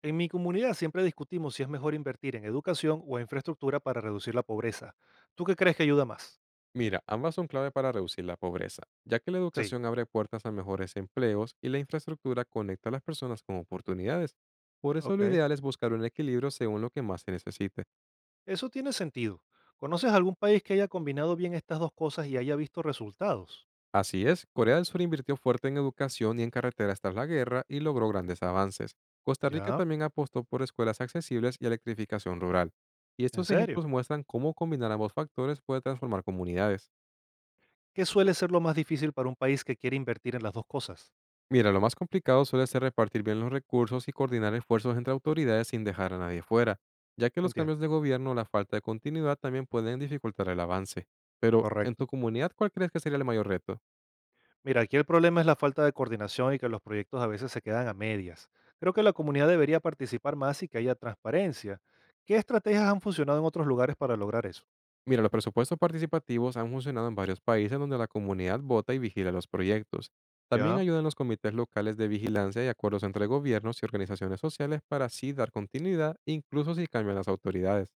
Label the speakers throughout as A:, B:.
A: En mi comunidad siempre discutimos si es mejor invertir en educación o en infraestructura para reducir la pobreza. ¿Tú qué crees que ayuda más?
B: Mira, ambas son clave para reducir la pobreza, ya que la
A: Sí,
B: educación abre puertas a mejores empleos y la infraestructura conecta a las personas con oportunidades. Por eso lo
A: ok.
B: ideal es buscar un equilibrio según lo que más se necesite.
A: Eso tiene sentido. ¿Conoces algún país que haya combinado bien estas dos cosas y haya visto resultados?
B: Así es, Corea del Sur invirtió fuerte en educación y en carreteras tras la guerra y logró grandes avances. Costa Rica
A: Ya,
B: también apostó por escuelas accesibles y electrificación rural. Y
A: en
B: estos
A: serio.
B: ejemplos muestran cómo combinar ambos factores puede transformar comunidades.
A: ¿Qué suele ser lo más difícil para un país que quiere invertir en las dos cosas?
B: Mira, lo más complicado suele ser repartir bien los recursos y coordinar esfuerzos entre autoridades sin dejar a nadie fuera, ya que los
A: Entiendo.
B: cambios de gobierno o la falta de continuidad también pueden dificultar el avance. Pero, en
A: Correcto.
B: tu comunidad, ¿cuál crees que sería el mayor reto?
A: Mira, aquí el problema es la falta de coordinación y que los proyectos a veces se quedan a medias. Creo que la comunidad debería participar más y que haya transparencia. ¿Qué estrategias han funcionado en otros lugares para lograr eso?
B: Mira, los presupuestos participativos han funcionado en varios países donde la comunidad vota y vigila los proyectos. También
A: Ya.
B: ayudan los comités locales de vigilancia y acuerdos entre gobiernos y organizaciones sociales para así dar continuidad, incluso si cambian las autoridades.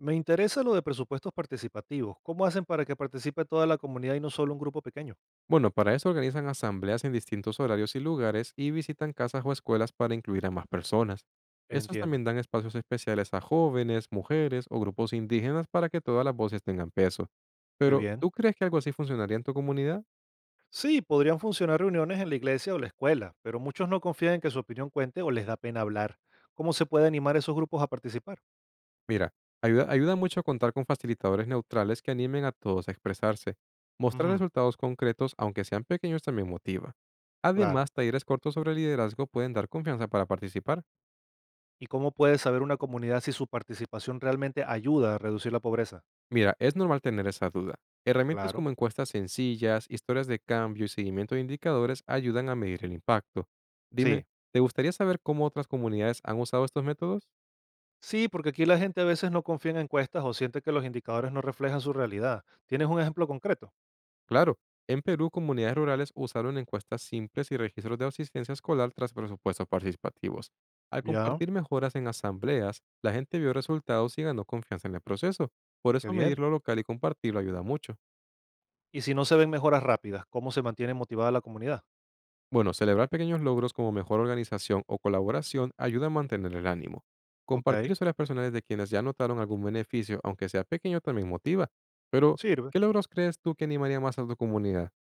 A: Me interesa lo de presupuestos participativos. ¿Cómo hacen para que participe toda la comunidad y no solo un grupo pequeño?
B: Bueno, para eso organizan asambleas en distintos horarios y lugares y visitan casas o escuelas para incluir a más personas. Estos
A: Entiendo.
B: también dan espacios especiales a jóvenes, mujeres o grupos indígenas para que todas las voces tengan peso.
A: Qué
B: Pero,
A: bien.
B: ¿tú crees que algo así funcionaría en tu comunidad?
A: Sí, podrían funcionar reuniones en la iglesia o la escuela, pero muchos no confían en que su opinión cuente o les da pena hablar. ¿Cómo se puede animar a esos grupos a participar?
B: Mira, ayuda mucho a contar con facilitadores neutrales que animen a todos a expresarse. Mostrar
A: Ujú,
B: resultados concretos, aunque sean pequeños, también motiva.
A: claro.
B: Además, talleres cortos sobre liderazgo pueden dar confianza para participar.
A: ¿Y cómo puede saber una comunidad si su participación realmente ayuda a reducir la pobreza?
B: Mira, es normal tener esa duda. Herramientas
A: Claro.
B: como encuestas sencillas, historias de cambio y seguimiento de indicadores ayudan a medir el impacto. Dime,
A: Sí.
B: ¿te gustaría saber cómo otras comunidades han usado estos métodos?
A: Sí, porque aquí la gente a veces no confía en encuestas o siente que los indicadores no reflejan su realidad. ¿Tienes un ejemplo concreto?
B: Claro, en Perú comunidades rurales usaron encuestas simples y registros de asistencia escolar tras presupuestos participativos. Al
A: Ya,
B: compartir mejoras en asambleas, la gente vio resultados y ganó confianza en el proceso. Por
A: qué
B: eso medir
A: bien.
B: lo local y compartirlo ayuda mucho.
A: Y si no se ven mejoras rápidas, ¿cómo se mantiene motivada la comunidad?
B: Bueno, celebrar pequeños logros como mejor organización o colaboración ayuda a mantener el ánimo.
A: Ok,
B: Compartir historias personales de quienes ya notaron algún beneficio, aunque sea pequeño, también motiva. Pero,
A: sirve.
B: ¿qué logros crees tú que animaría más a tu comunidad?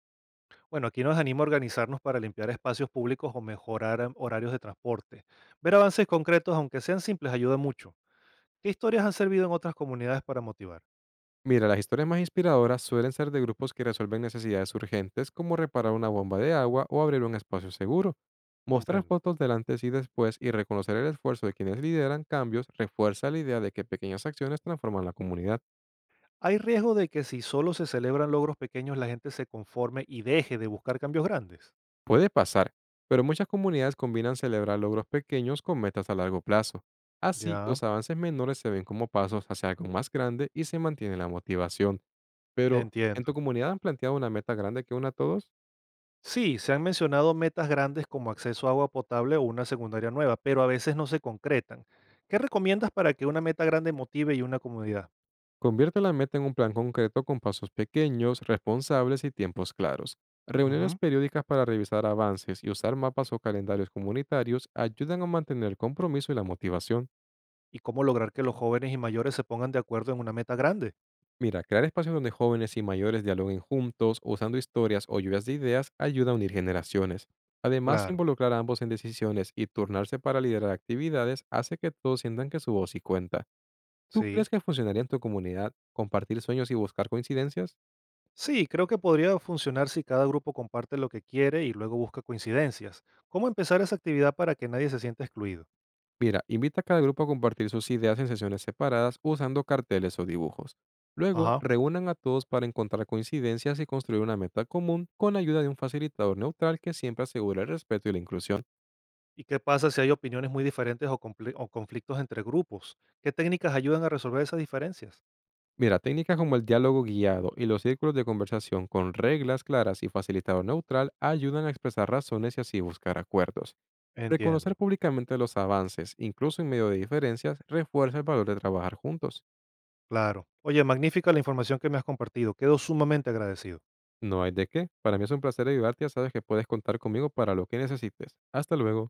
A: Bueno, aquí nos anima a organizarnos para limpiar espacios públicos o mejorar horarios de transporte. Ver avances concretos, aunque sean simples, ayuda mucho. ¿Qué historias han servido en otras comunidades para motivar?
B: Mira, las historias más inspiradoras suelen ser de grupos que resuelven necesidades urgentes como reparar una bomba de agua o abrir un espacio seguro. Mostrar
A: Comprendo.
B: fotos del antes y después y reconocer el esfuerzo de quienes lideran cambios refuerza la idea de que pequeñas acciones transforman la comunidad.
A: ¿Hay riesgo de que si solo se celebran logros pequeños, la gente se conforme y deje de buscar cambios grandes?
B: Puede pasar, pero muchas comunidades combinan celebrar logros pequeños con metas a largo plazo. Así,
A: Ya,
B: los avances menores se ven como pasos hacia algo más grande y se mantiene la motivación. Pero, ¿en tu
A: entiendo.
B: comunidad han planteado una meta grande que una a todos?
A: Sí, se han mencionado metas grandes como acceso a agua potable o una secundaria nueva, pero a veces no se concretan. ¿Qué recomiendas para que una meta grande motive y una comunidad?
B: Convierte la meta en un plan concreto con pasos pequeños, responsables y tiempos claros. Reuniones
A: Ujú.
B: periódicas para revisar avances y usar mapas o calendarios comunitarios ayudan a mantener el compromiso y la motivación.
A: ¿Y cómo lograr que los jóvenes y mayores se pongan de acuerdo en una meta grande?
B: Mira, crear espacios donde jóvenes y mayores dialoguen juntos, usando historias o lluvias de ideas, ayuda a unir generaciones. Además,
A: Claro,
B: involucrar a ambos en decisiones y turnarse para liderar actividades hace que todos sientan que su voz sí cuenta. ¿Tú crees
A: sí.
B: que funcionaría en tu comunidad compartir sueños y buscar coincidencias?
A: Sí, creo que podría funcionar si cada grupo comparte lo que quiere y luego busca coincidencias. ¿Cómo empezar esa actividad para que nadie se sienta excluido?
B: Mira, invita a cada grupo a compartir sus ideas en sesiones separadas usando carteles o dibujos. Luego,
A: Ajá.
B: reúnan a todos para encontrar coincidencias y construir una meta común con la ayuda de un facilitador neutral que siempre asegure el respeto y la inclusión.
A: ¿Y qué pasa si hay opiniones muy diferentes o conflictos entre grupos? ¿Qué técnicas ayudan a resolver esas diferencias?
B: Mira, técnicas como el diálogo guiado y los círculos de conversación con reglas claras y facilitador neutral ayudan a expresar razones y así buscar acuerdos. Reconocer
A: Entiendo.
B: públicamente los avances, incluso en medio de diferencias, refuerza el valor de trabajar juntos.
A: Claro. Oye, magnífica la información que me has compartido. Quedo sumamente agradecido.
B: No hay de qué. Para mí es un placer ayudarte, ya sabes que puedes contar conmigo para lo que necesites. Hasta luego.